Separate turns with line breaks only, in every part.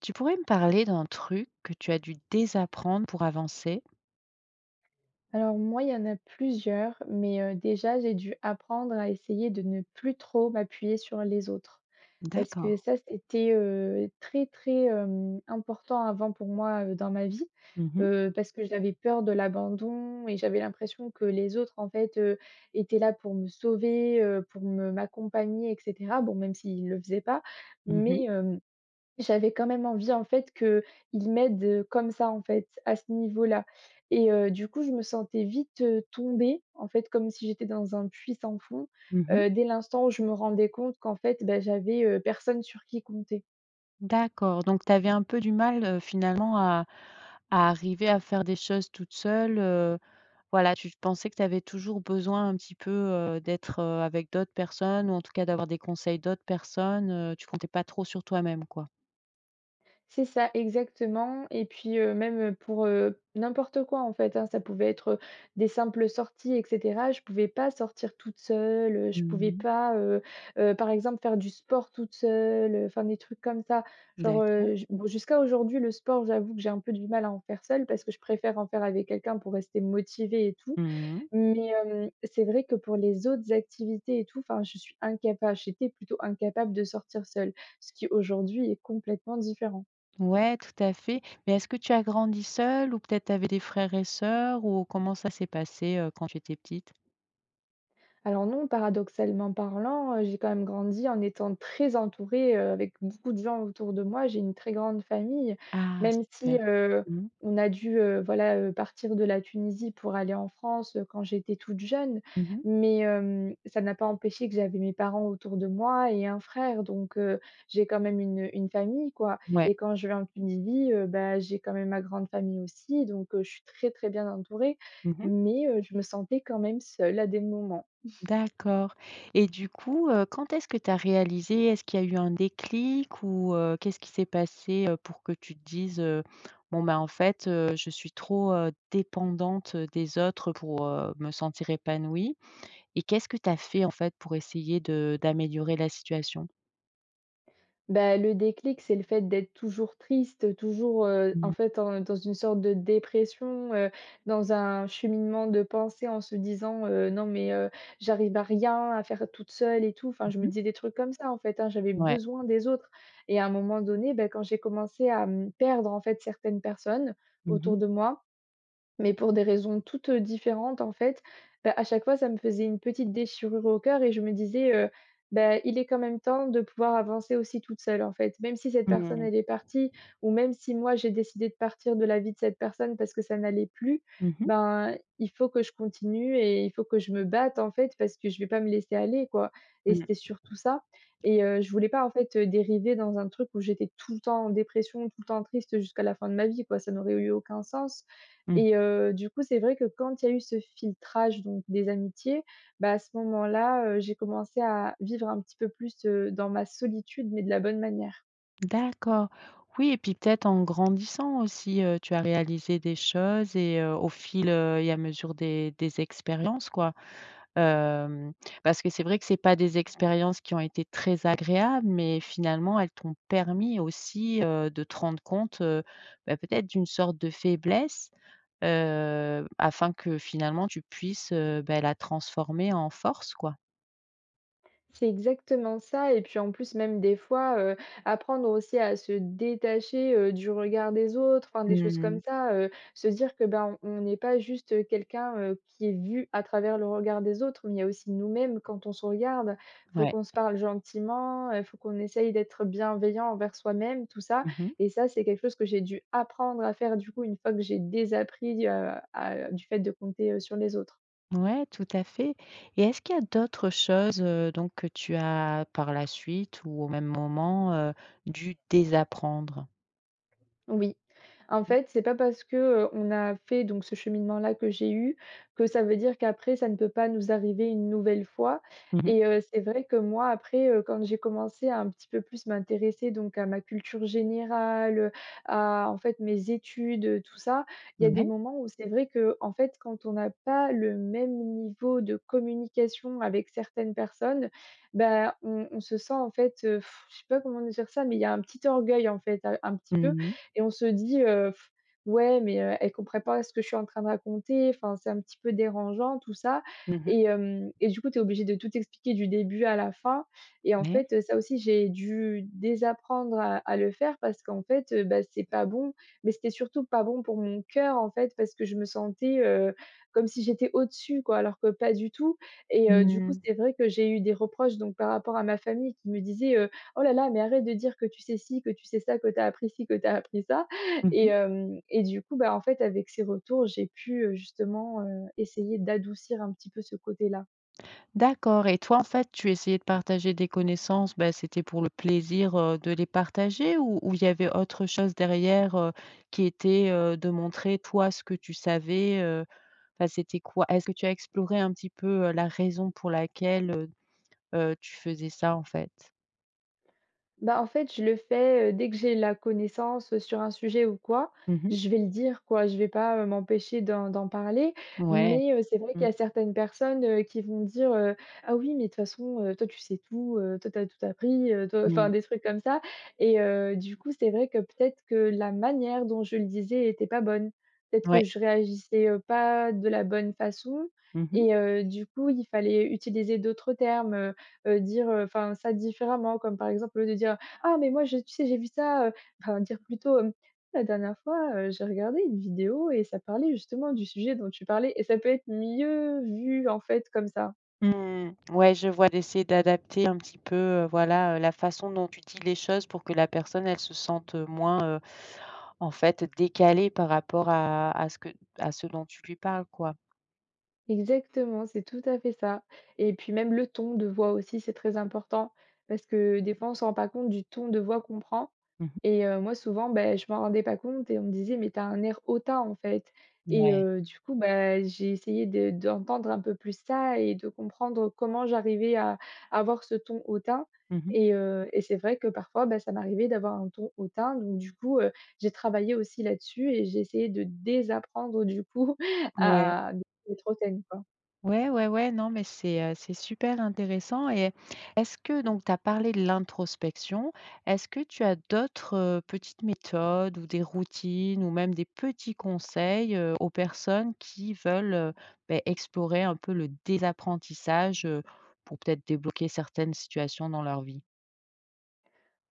Tu pourrais me parler d'un truc que tu as dû désapprendre pour avancer?
Alors moi, il y en a plusieurs, mais déjà, j'ai dû apprendre à essayer de ne plus trop m'appuyer sur les autres. Parce
D'accord.
que ça, c'était, très, très, important avant pour moi, dans ma vie,
Mmh mh.
parce que j'avais peur de l'abandon et j'avais l'impression que les autres, en fait, étaient là pour me sauver, pour me m'accompagner et cetera. Bon, même s'ils ne le faisaient pas,
Mmh.
mais hem j'avais quand même envie, en fait, qu'il m'aide, comme ça, en fait, à ce niveau-là et du coup, je me sentais vite, tombée, en fait, comme si j'étais dans un puits sans fond,
Mmh.
dès l'instant où je me rendais compte qu'en fait, bah, j'avais, personne sur qui compter.
D'accord, donc tu avais un peu du mal, finalement à arriver à faire des choses toute seule, voilà, tu pensais que tu avais toujours besoin un petit peu, d'être, avec d'autres personnes ou en tout cas d'avoir des conseils d'autres personnes, tu comptais pas trop sur toi-même, quoi?
C'est ça, exactement. Et puis, même pour, n'importe quoi, en fait, hein. Ça pouvait être des simples sorties et cetera. Je pouvais pas sortir toute seule, je pouvais
Mmh.
pas, par exemple, faire du sport toute seule, enfin, des trucs comme ça. Genre,
D'accord.
j bon, jusqu'à aujourd'hui, le sport, j'avoue que j'ai un peu du mal à en faire seule parce que je préfère en faire avec quelqu'un pour rester motivée et tout.
Mmh.
Mais, c'est vrai que pour les autres activités et tout, enfin, je suis incapable. J'étais plutôt incapable de sortir seule, ce qui aujourd'hui est complètement différent.
Ouais, tout à fait. Mais est-ce que tu as grandi seule ou peut-être tu avais des frères et sœurs ou comment ça s'est passé, quand tu étais petite?
Alors non, paradoxalement parlant, j'ai quand même grandi en étant très entourée, avec beaucoup de gens autour de moi. J'ai une très grande famille,
Ah
même si,
super. Mmh.
on a dû, voilà, partir de la Tunisie pour aller en France, quand j'étais toute jeune.
Mmh.
Mais, ça n'a pas empêché que j'avais mes parents autour de moi et un frère, donc, j'ai quand même une famille, quoi.
Ouais.
Et quand je vais en Tunisie, bah, j'ai quand même ma grande famille aussi, donc, je suis très, très bien entourée.
Mmh.
Mais, je me sentais quand même seule à des moments.
D'accord, et du coup, quand est-ce que tu as réalisé? Est-ce qu'il y a eu un déclic ou qu'est-ce qui s'est passé, pour que tu te dises, «Bon, bah, en fait, je suis trop, dépendante des autres pour, me sentir épanouie»? Et qu'est-ce que tu as fait, en fait, pour essayer de d'améliorer la situation?
Bah, le déclic, c'est le fait d'être toujours triste, toujours, en
Mmh.
fait, en dans une sorte de dépression, dans un cheminement de pensée en se disant: «Non mais, j'arrive à rien, à faire toute seule et tout». Enfin, je me
Mmh.
disais des trucs comme ça, en fait, hein, j'avais
Ouais.
besoin des autres. Et à un moment donné, bah, quand j'ai commencé à, perdre, en fait, certaines personnes
Mmh
autour
mh.
de moi, mais pour des raisons toutes différentes en fait, bah, à chaque fois ça me faisait une petite déchirure au cœur et je me disais: «Bah, il est quand même temps de pouvoir avancer aussi toute seule en fait». Même si cette personne
Mmh.
elle est partie, ou même si moi j'ai décidé de partir de la vie de cette personne parce que ça n'allait plus,
Mmh mh.
ben, il faut que je continue et il faut que je me batte en fait, parce que je vais pas me laisser aller quoi. Et
Mmh.
c'était surtout ça. Et je voulais pas en fait, dériver dans un truc où j'étais tout le temps en dépression, tout le temps triste jusqu'à la fin de ma vie quoi, ça n'aurait eu aucun sens.
Mmh.
Et du coup, c'est vrai que quand il y a eu ce filtrage donc des amitiés, bah, à ce moment-là, j'ai commencé à vivre un petit peu plus, dans ma solitude, mais de la bonne manière.
D'accord. Oui, et puis peut-être en grandissant aussi, tu as réalisé des choses, et au fil, et à mesure des expériences, quoi. Hem, Parce que c'est vrai que c'est pas des expériences qui ont été très agréables, mais finalement elles t'ont permis aussi, de te rendre compte, bah, peut-être d'une sorte de faiblesse, afin que finalement tu puisses, bah, la transformer en force, quoi.
C'est exactement ça. Et puis en plus, même des fois, apprendre aussi à se détacher, du regard des autres, enfin des choses comme
Mmh.
ça, se dire que, ben, on n'est pas juste, quelqu'un, qui est vu à travers le regard des autres, mais il y a aussi nous-mêmes quand on se regarde. Faut
Ouais.
qu'on se parle gentiment, faut qu'on essaye d'être bienveillant envers soi-même, tout ça.
Mmh mh.
Et ça, c'est quelque chose que j'ai dû apprendre à faire du coup, une fois que j'ai désappris, à du fait de compter, sur les autres.
Ouais, tout à fait. Et est-ce qu'il y a d'autres choses, donc, que tu as par la suite ou au même moment, dû désapprendre?
Oui. En
Mmh.
fait, c'est pas parce que, on a fait donc ce cheminement-là que j'ai eu, que ça veut dire qu'après ça ne peut pas nous arriver une nouvelle fois.
Mmh.
Et c'est vrai que moi après, quand j'ai commencé à un petit peu plus m'intéresser donc à ma culture générale, à en fait mes études, tout ça, il y a des
Ouais.
moments où c'est vrai que, en fait, quand on n'a pas le même niveau de communication avec certaines personnes, ben on se sent en fait, je sais pas comment dire ça, mais il y a un petit orgueil en fait, un petit
Mmh
peu.
mh.
Et on se dit: «Ouais, mais elle comprend pas ce que je suis en train de raconter, enfin, c'est un petit peu dérangeant tout ça».
Mmh.
Et du coup, tu es obligé de tout expliquer du début à la fin. Et en
Ouais.
fait, ça aussi, j'ai dû désapprendre à le faire, parce qu'en fait, bah, c'est pas bon, mais c'était surtout pas bon pour mon cœur, en fait, parce que je me sentais, comme si j'étais au-dessus, quoi, alors que pas du tout. Et du coup,
Mmh.
c'est vrai que j'ai eu des reproches donc par rapport à ma famille qui me disaient: «Oh là là, mais arrête de dire que tu sais ci, que tu sais ça, que tu as appris ci, que tu as appris ça». et
Mmh.
hem et du coup, bah, en fait, avec ces retours, j'ai pu, justement, essayer d'adoucir un petit peu ce côté-là.
D'accord, et toi, en fait, tu essayais de partager des connaissances? Ben, c'était pour le plaisir, de les partager, ou il y avait autre chose derrière, qui était, de montrer toi ce que tu savais, heu? Enfin, c'était quoi? Est-ce que tu as exploré un petit peu, la raison pour laquelle, tu faisais ça, en fait?
Bah, en fait, je le fais, dès que j'ai la connaissance, sur un sujet ou quoi,
Mmh mh.
je vais le dire quoi. Je vais pas, m'empêcher d'en parler.
Ouais.
Mais, c'est vrai qu'il
Mmh.
y a certaines personnes, qui vont dire: «Ah oui, mais de toute façon, toi tu sais tout, toi tu as tout appris, toi», enfin
Mmh.
des trucs comme ça. Et du coup, c'est vrai que peut-être que la manière dont je le disais était pas bonne. Peut-être que
Ouais.
je réagissais, pas de la bonne façon.
Mmh mh.
Et du coup, il fallait utiliser d'autres termes, dire, enfin, ça différemment, comme par exemple, au lieu de dire: «Ah mais moi je tu sais j'ai vu ça», enfin dire plutôt, hem: «La dernière fois, j'ai regardé une vidéo et ça parlait justement du sujet dont tu parlais». Et ça peut être mieux vu en fait comme ça.
Mmh. Ouais, je vois, d'essayer d'adapter un petit peu, voilà, la façon dont tu dis les choses pour que la personne, elle se sente, moins, en fait, décalée par rapport à ce que à ce dont tu lui parles, quoi.
Exactement, c'est tout à fait ça. Et puis même le ton de voix aussi, c'est très important, parce que des fois, on se rend pas compte du ton de voix qu'on prend.
Mmh mh.
Et moi souvent, ben je m'en rendais pas compte et on me disait: «Mais t'as un air hautain, en fait». Et
Ouais.
du coup, bah, j'ai essayé de d'entendre un peu plus ça et de comprendre comment j'arrivais à avoir ce ton hautain.
Mmh mh.
Et c'est vrai que parfois, bah, ça m'arrivait d'avoir un ton hautain, donc du coup, j'ai travaillé aussi là-dessus et j'ai essayé de désapprendre du coup
Ouais.
à les trentaines, quoi.
Ouais, ouais, ouais, non, mais c'est super intéressant. Et est-ce que, donc, tu as parlé de l'introspection, est-ce que tu as d'autres, petites méthodes ou des routines, ou même des petits conseils, aux personnes qui veulent, beh, explorer un peu le désapprentissage, pour peut-être débloquer certaines situations dans leur vie?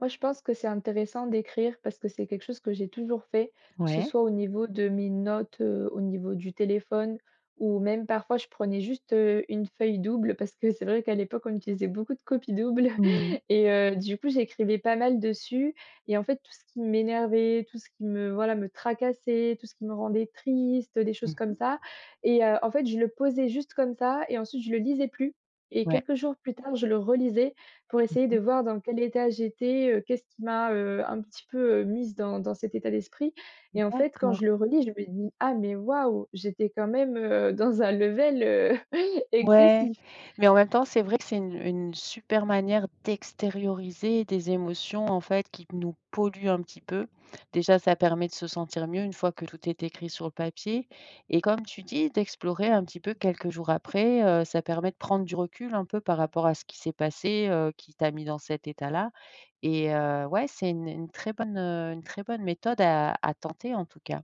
Moi, je pense que c'est intéressant d'écrire parce que c'est quelque chose que j'ai toujours fait, que ce
Ouais.
soit au niveau de mes notes, au niveau du téléphone, ou même parfois je prenais juste, une feuille double, parce que c'est vrai qu'à l'époque on utilisait beaucoup de copies doubles
Mmh mh.
et du coup j'écrivais pas mal dessus. Et en fait tout ce qui m'énervait, tout ce qui me voilà, me tracassait, tout ce qui me rendait triste, des choses comme
Mmh.
ça, et en fait je le posais juste comme ça et ensuite je le lisais plus. Et
Ouais.
quelques jours plus tard je le relisais, pour essayer
Mmh.
de voir dans quel état j'étais, qu'est-ce qui m'a, un petit peu, mise dans cet état d'esprit. Et en fait, quand
D'accord.
je le relis, je me dis: «Ah mais waouh, j'étais quand même, dans un level,
Ouais,
excessif».
mais en même temps, c'est vrai que c'est une super manière d'extérioriser des émotions, en fait, qui nous polluent un petit peu. Déjà, ça permet de se sentir mieux une fois que tout est écrit sur le papier, et comme tu dis, d'explorer un petit peu quelques jours après, ça permet de prendre du recul un peu par rapport à ce qui s'est passé, qui t'a mis dans cet état-là. Et ouais, c'est une très bonne, une très bonne méthode à tenter, en tout cas.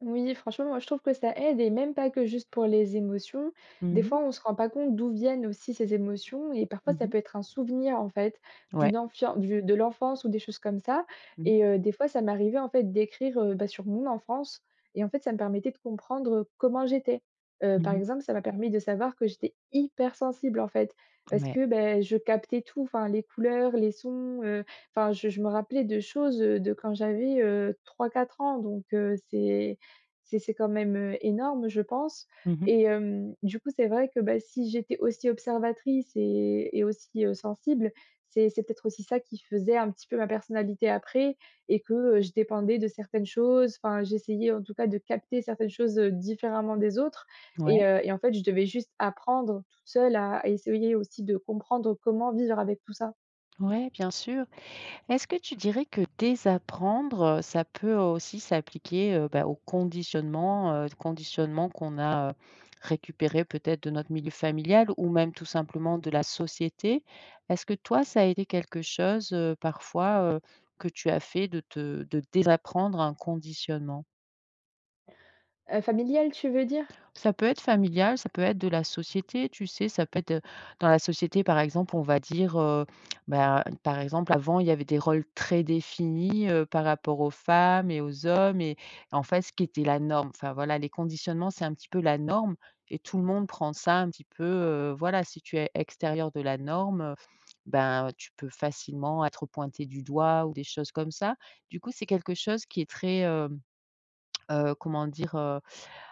Oui, franchement, moi, je trouve que ça aide, et même pas que juste pour les émotions.
Mmh
Des
mh.
fois, on se rend pas compte d'où viennent aussi ces émotions, et parfois, ça
Mmh.
peut être un souvenir, en fait,
Ouais.
de l'enfance ou des choses comme ça.
Mmh mh.
Et des fois, ça m'arrivait, en fait, d'écrire bah, sur mon enfance, et en fait, ça me permettait de comprendre comment j'étais. Par
Mmh.
exemple, ça m'a permis de savoir que j'étais hypersensible, en fait, parce
Ouais.
que ben, je captais tout, enfin, les couleurs, les sons, enfin, je me rappelais de choses de quand j'avais 3 4 ans. Donc, c'est quand même, énorme, je pense.
Mmh.
Et du coup, c'est vrai que, bah, si j'étais aussi observatrice et aussi, sensible, c'est peut-être aussi ça qui faisait un petit peu ma personnalité après et que, je dépendais de certaines choses. Enfin, j'essayais en tout cas de capter certaines choses, différemment des autres
Ouais.
et en fait, je devais juste apprendre toute seule à essayer aussi de comprendre comment vivre avec tout ça.
Ouais, bien sûr. Est-ce que tu dirais que désapprendre, ça peut aussi s'appliquer, bah, au conditionnement, conditionnement qu'on a, récupéré peut-être de notre milieu familial ou même tout simplement de la société? Est-ce que toi, ça a été quelque chose, parfois, que tu as fait de te de désapprendre un conditionnement?
Familial, tu veux dire?
Ça peut être familial, ça peut être de la société, tu sais, ça peut être, dans la société, par exemple, on va dire, bah, par exemple, avant, il y avait des rôles très définis, par rapport aux femmes et aux hommes, et en fait, ce qui était la norme. Enfin, voilà, les conditionnements, c'est un petit peu la norme, et tout le monde prend ça un petit peu, voilà, si tu es extérieur de la norme, ben, tu peux facilement être pointé du doigt ou des choses comme ça. Du coup, c'est quelque chose qui est très, comment dire?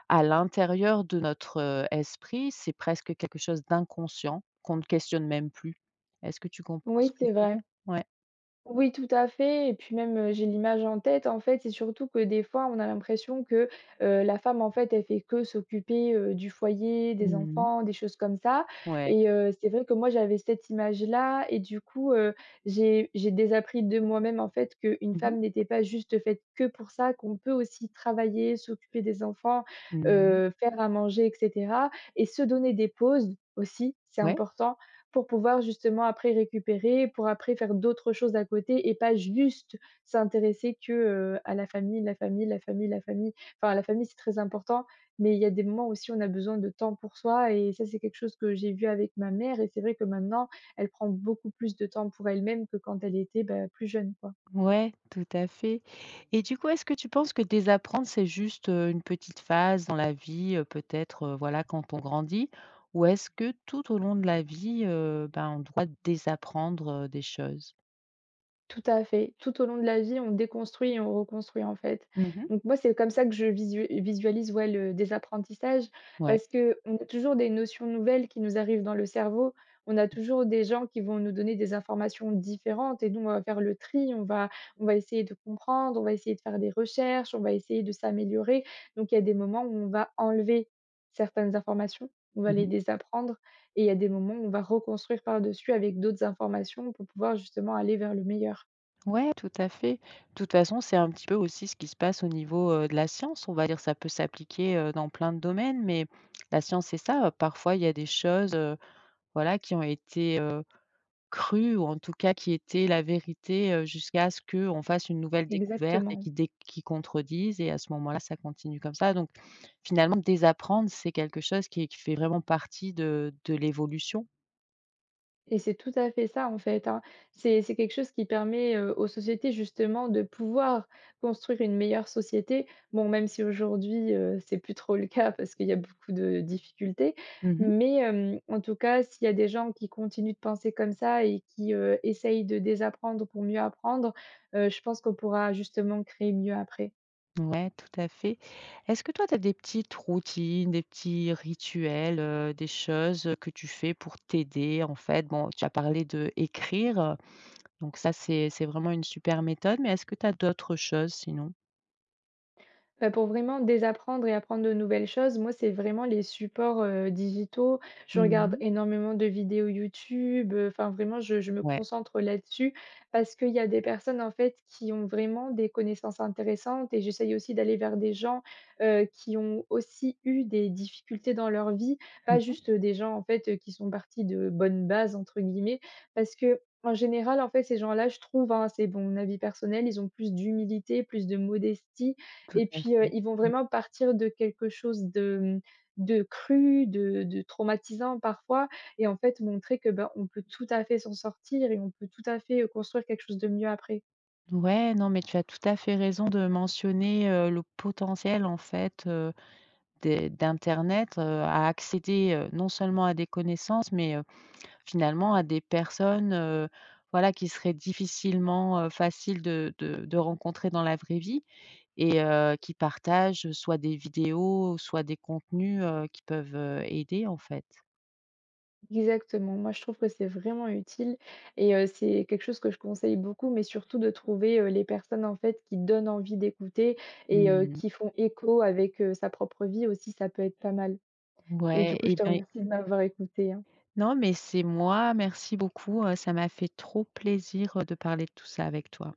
À l'intérieur de notre, esprit, c'est presque quelque chose d'inconscient qu'on ne questionne même plus. Est-ce que tu comprends
Oui,
ce que
c'est
je veux
vrai.
dire? Ouais.
Oui, tout à fait et puis même, j'ai l'image en tête, en fait, c'est surtout que des fois, on a l'impression que, la femme, en fait, elle fait que s'occuper, du foyer, des
Mmh.
enfants, des choses comme ça.
Ouais.
Et c'est vrai que moi, j'avais cette image-là et du coup, j'ai désappris de moi-même, en fait, qu'une
Mmh mh.
femme n'était pas juste faite que pour ça, qu'on peut aussi travailler, s'occuper des enfants,
Mmh.
faire à manger et cetera et se donner des pauses aussi, c'est
Ouais,
important pour pouvoir justement après récupérer, pour après faire d'autres choses à côté et pas juste s'intéresser que, à la famille, la famille, la famille, la famille. Enfin, la famille, c'est très important, mais il y a des moments aussi où on a besoin de temps pour soi et ça, c'est quelque chose que j'ai vu avec ma mère et c'est vrai que maintenant, elle prend beaucoup plus de temps pour elle-même que quand elle était, bah, plus jeune, quoi.
ouais, tout à fait. Et du coup, est-ce que tu penses que désapprendre, c'est juste, une petite phase dans la vie, peut-être, voilà, quand on grandit? Ou est-ce que tout au long de la vie, ben, on doit désapprendre, des choses?
Tout à fait. Tout au long de la vie, on déconstruit et on reconstruit, en fait.
Mmh.
Donc moi, c'est comme ça que je visualise, ouais, le désapprentissage,
Ouais.
parce que on a toujours des notions nouvelles qui nous arrivent dans le cerveau. On a toujours des gens qui vont nous donner des informations différentes et nous, on va faire le tri, on va essayer de comprendre, on va essayer de faire des recherches, on va essayer de s'améliorer. Donc il y a des moments où on va enlever certaines informations, on va les
Mmh.
désapprendre et il y a des moments où on va reconstruire par-dessus avec d'autres informations pour pouvoir justement aller vers le meilleur.
Ouais, tout à fait. De toute façon, c'est un petit peu aussi ce qui se passe au niveau, de la science. On va dire, ça peut s'appliquer, dans plein de domaines, mais la science, c'est ça, parfois il y a des choses, voilà, qui ont été, crues ou en tout cas qui étaient la vérité, jusqu'à ce qu'on fasse une nouvelle découverte et
Exactement
qui dé qui contredisent, et à ce moment-là, ça continue comme ça. Donc finalement, désapprendre, c'est quelque chose qui fait vraiment partie de l'évolution.
et c'est tout à fait ça, en fait, hein. C'est quelque chose qui permet, aux sociétés justement de pouvoir construire une meilleure société. Bon, même si aujourd'hui, c'est plus trop le cas parce qu'il y a beaucoup de difficultés,
Mmh.
mais en tout cas, s'il y a des gens qui continuent de penser comme ça et qui, essayent de désapprendre pour mieux apprendre, je pense qu'on pourra justement créer mieux après.
Ouais, tout à fait. Est-ce que toi, tu as des petites routines, des petits rituels, des choses, que tu fais pour t'aider, en fait? Bon, tu as parlé de écrire, donc ça, c'est vraiment une super méthode, mais est-ce que tu as d'autres choses sinon?
Bah, pour vraiment désapprendre et apprendre de nouvelles choses, moi, c'est vraiment les supports, digitaux. Je regarde
Mmh.
énormément de vidéos YouTube, enfin vraiment je me
Ouais.
concentre là-dessus parce qu'il y a des personnes, en fait, qui ont vraiment des connaissances intéressantes et j'essaye aussi d'aller vers des gens, qui ont aussi eu des difficultés dans leur vie, pas
Mmh.
juste des gens, en fait, qui sont partis de «bonnes bases» entre guillemets parce que en général, en fait, ces gens-là, je trouve, hein, c'est bon mon avis personnel, ils ont plus d'humilité, plus de modestie
Tout
et
à
puis,
fait.
ils vont
Mmh.
vraiment partir de quelque chose de, mmh, de cru, de traumatisant parfois et en fait montrer que, ben, on peut tout à fait s'en sortir et on peut tout à fait, construire quelque chose de mieux après.
Ouais, non, mais tu as tout à fait raison de mentionner, le potentiel, en fait, des d'internet, à accéder, non seulement à des connaissances, mais, finalement, à des personnes, voilà, qui seraient difficilement, faciles de de rencontrer dans la vraie vie, et qui partagent soit des vidéos, soit des contenus, qui peuvent, aider en fait.
Exactement, moi je trouve que c'est vraiment utile et c'est quelque chose que je conseille beaucoup, mais surtout de trouver, les personnes en fait qui donnent envie d'écouter et
Mmh.
qui font écho avec, sa propre vie aussi, ça peut être pas mal. Et du
Ouais,
coup, je
et
te
ben,
remercie de m'avoir écoutée, hein.
non, mais c'est moi. Merci beaucoup, ça m'a fait trop plaisir, de parler de tout ça avec toi.